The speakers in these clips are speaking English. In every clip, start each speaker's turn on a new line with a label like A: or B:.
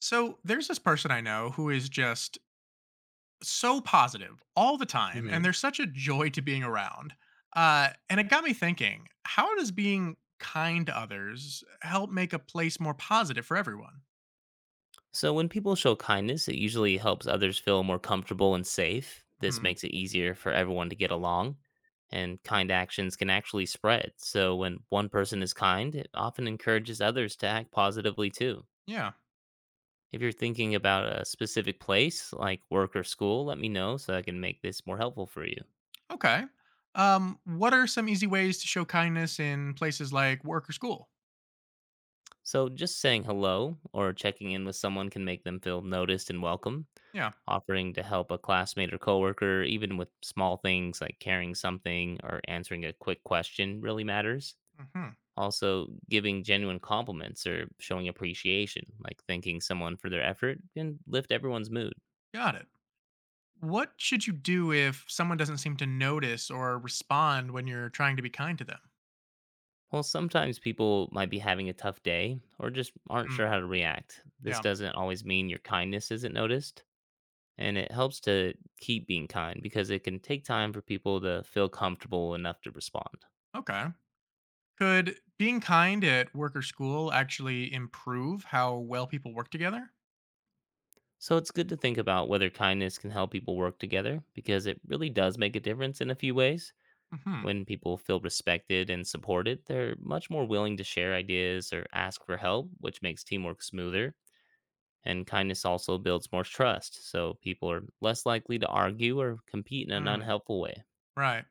A: So there's this person I know who is just so positive all the time, and
B: Hmm.
A: they're such a joy to being around. And it got me thinking, how does being kind to others help make a place more positive for everyone?
B: So when people show kindness, it usually helps others feel more comfortable and safe. This
A: Hmm.
B: makes it easier for everyone to get along, and kind actions can actually spread. So when one person is kind, it often encourages others to act positively too.
A: Yeah.
B: If you're thinking about a specific place, like work or school, let me know so I can make this more helpful for you.
A: Okay. What are some easy ways to show kindness in places like work or school?
B: So, just saying hello or checking in with someone can make them feel noticed and welcome.
A: Yeah.
B: Offering to help a classmate or coworker, even with small things like carrying something or answering a quick question, really matters.
A: Hmm.
B: Also, giving genuine compliments or showing appreciation, like thanking someone for their effort, can lift everyone's mood.
A: Got it. What should you do if someone doesn't seem to notice or respond when you're trying to be kind to them?
B: Well, sometimes people might be having a tough day or just aren't
A: Mm,
B: sure how to react. This
A: yeah.
B: doesn't always mean your kindness isn't noticed. And it helps to keep being kind because it can take time for people to feel comfortable enough to respond.
A: Okay. Could being kind at work or school actually improve how well people work together?
B: So it's good to think about whether kindness can help people work together because it really does make a difference in a few ways.
A: Hmm.
B: When people feel respected and supported, they're much more willing to share ideas or ask for help, which makes teamwork smoother. And kindness also builds more trust, so people are less likely to argue or compete in an
A: Mm,
B: unhelpful way.
A: right.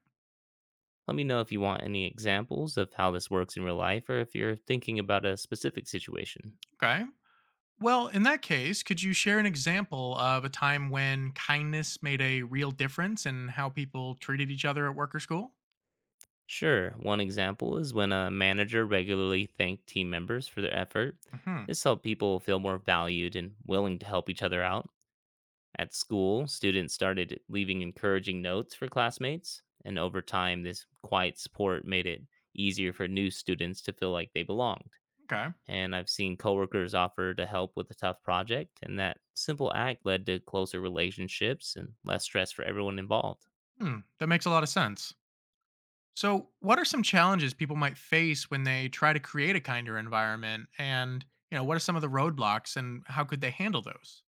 B: Let me know if you want any examples of how this works in real life or if you're thinking about a specific situation.
A: Okay. Well, in that case, could you share an example of a time when kindness made a real difference in how people treated each other at work or school?
B: Sure, one example is when a manager regularly thanked team members for their effort.
A: Hmm.
B: This helped people feel more valued and willing to help each other out. At school, students started leaving encouraging notes for classmates, and over time, this quiet support made it easier for new students to feel like they belonged.
A: Okay.
B: And I've seen coworkers offer to help with a tough project, and that simple act led to closer relationships and less stress for everyone involved.
A: Hmm. That makes a lot of sense. So, what are some challenges people might face when they try to create a kinder environment? And what are some of the roadblocks, and how could they handle those?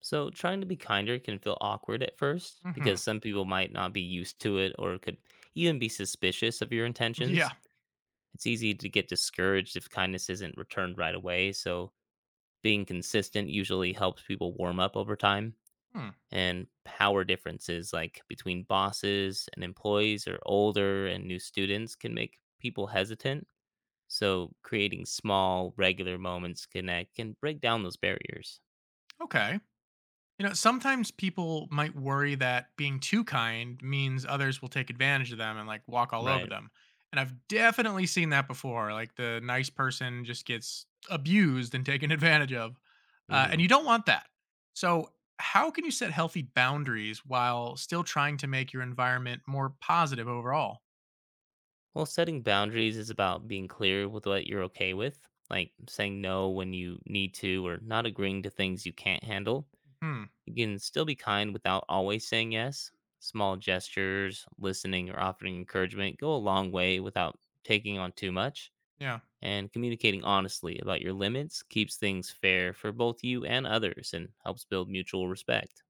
B: So, trying to be kinder can feel awkward at first
A: Hmm.
B: because some people might not be used to it or could even be suspicious of your
A: Yeah.
B: intentions. It's easy to get discouraged if kindness isn't returned right away, so being consistent usually helps people warm up over time.
A: Hmm.
B: And power differences like between bosses and employees or older and new students can make people hesitant, so creating small regular moments connect can break down those barriers.
A: Okay. You know, sometimes people might worry that being too kind means others will take advantage of them and like walk all over
B: Right.
A: them. And I've definitely seen that before. Like the nice person just gets abused and taken advantage of. And
B: Hmm.
A: you don't want that. So, how can you set healthy boundaries while still trying to make your environment more positive overall?
B: Well, setting boundaries is about being clear with what you're okay with, like saying no when you need to or not agreeing to things you can't handle.
A: Hmm.
B: You can still be kind without always saying yes. Small gestures, listening or offering encouragement go a long way without taking on too much.
A: Yeah.
B: And communicating honestly about your limits keeps things fair for both you and others and helps build mutual respect.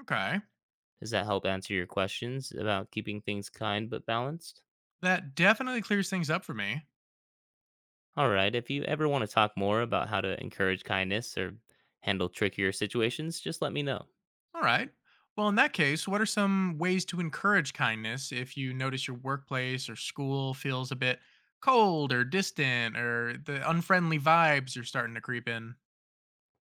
A: Okay.
B: Does that help answer your questions about keeping things kind but balanced?
A: That definitely clears things up for me.
B: All right, if you ever want to talk more about how to encourage kindness or handle trickier situations, just let me know.
A: All right. Well, in that case, what are some ways to encourage kindness if you notice your workplace or school feels a bit cold or distant, or the unfriendly vibes are starting to creep in?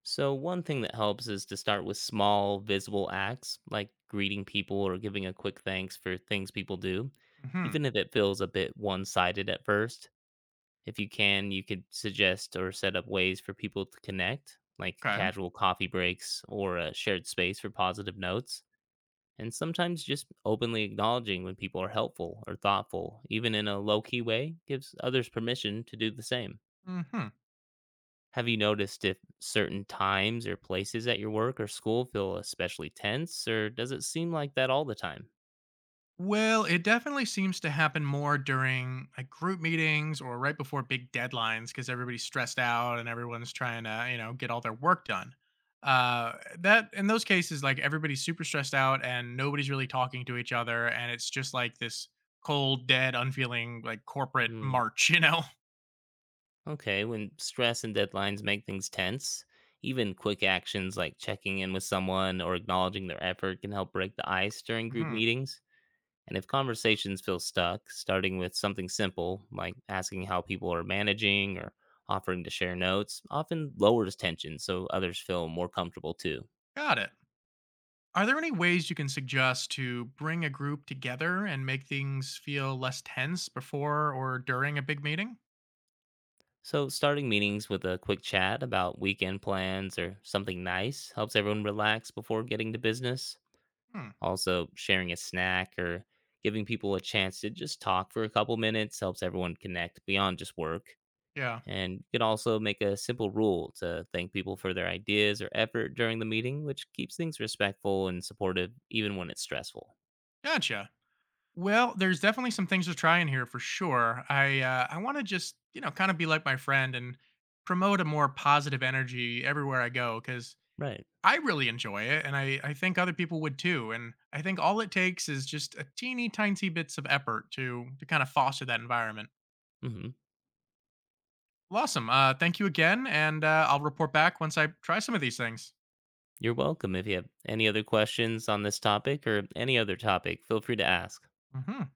B: So, one thing that helps is to start with small, visible acts like greeting people or giving a quick thanks for things people do,
A: Mhm.
B: even if it feels a bit one sided at first. If you can, you could suggest or set up ways for people to connect, like
A: Okay.
B: casual coffee breaks or a shared space for positive notes. And sometimes just openly acknowledging when people are helpful or thoughtful, even in a low key way, gives others permission to do the same.
A: Mhm.
B: Have you noticed if certain times or places at your work or school feel especially tense, or does it seem like that all the time?
A: Well, it definitely seems to happen more during like group meetings or right before big deadlines because everybody's stressed out and everyone's trying to, get all their work done. Uh, that in those cases, like everybody's super stressed out and nobody's really talking to each other, and it's just like this cold, dead, unfeeling like corporate
B: Hmm.
A: march, you know?
B: Okay, when stress and deadlines make things tense, even quick actions like checking in with someone or acknowledging their effort can help break the ice during group
A: Hmm.
B: meetings. And if conversations feel stuck, starting with something simple like asking how people are managing or offering to share notes often lowers tension so others feel more comfortable too.
A: Got it. Are there any ways you can suggest to bring a group together and make things feel less tense before or during a big meeting?
B: So, starting meetings with a quick chat about weekend plans or something nice helps everyone relax before getting to business.
A: Hmm.
B: Also, sharing a snack or giving people a chance to just talk for a couple minutes helps everyone connect beyond just work.
A: Yeah.
B: And you can also make a simple rule to thank people for their ideas or effort during the meeting, which keeps things respectful and supportive even when it's stressful.
A: Gotcha. Well, there's definitely some things to try in here for sure. I want to just kind of be like my friend and promote a more positive energy everywhere I go, because
B: Right.
A: I really enjoy it, and I think other people would too. And I think all it takes is just a teeny tiny bits of effort to kind of foster that environment.
B: Hmm.
A: Well, awesome. Thank you again, and I'll report back once I try some of these things.
B: You're welcome. If you have any other questions on this topic or any other topic, feel free to ask.
A: Hmm.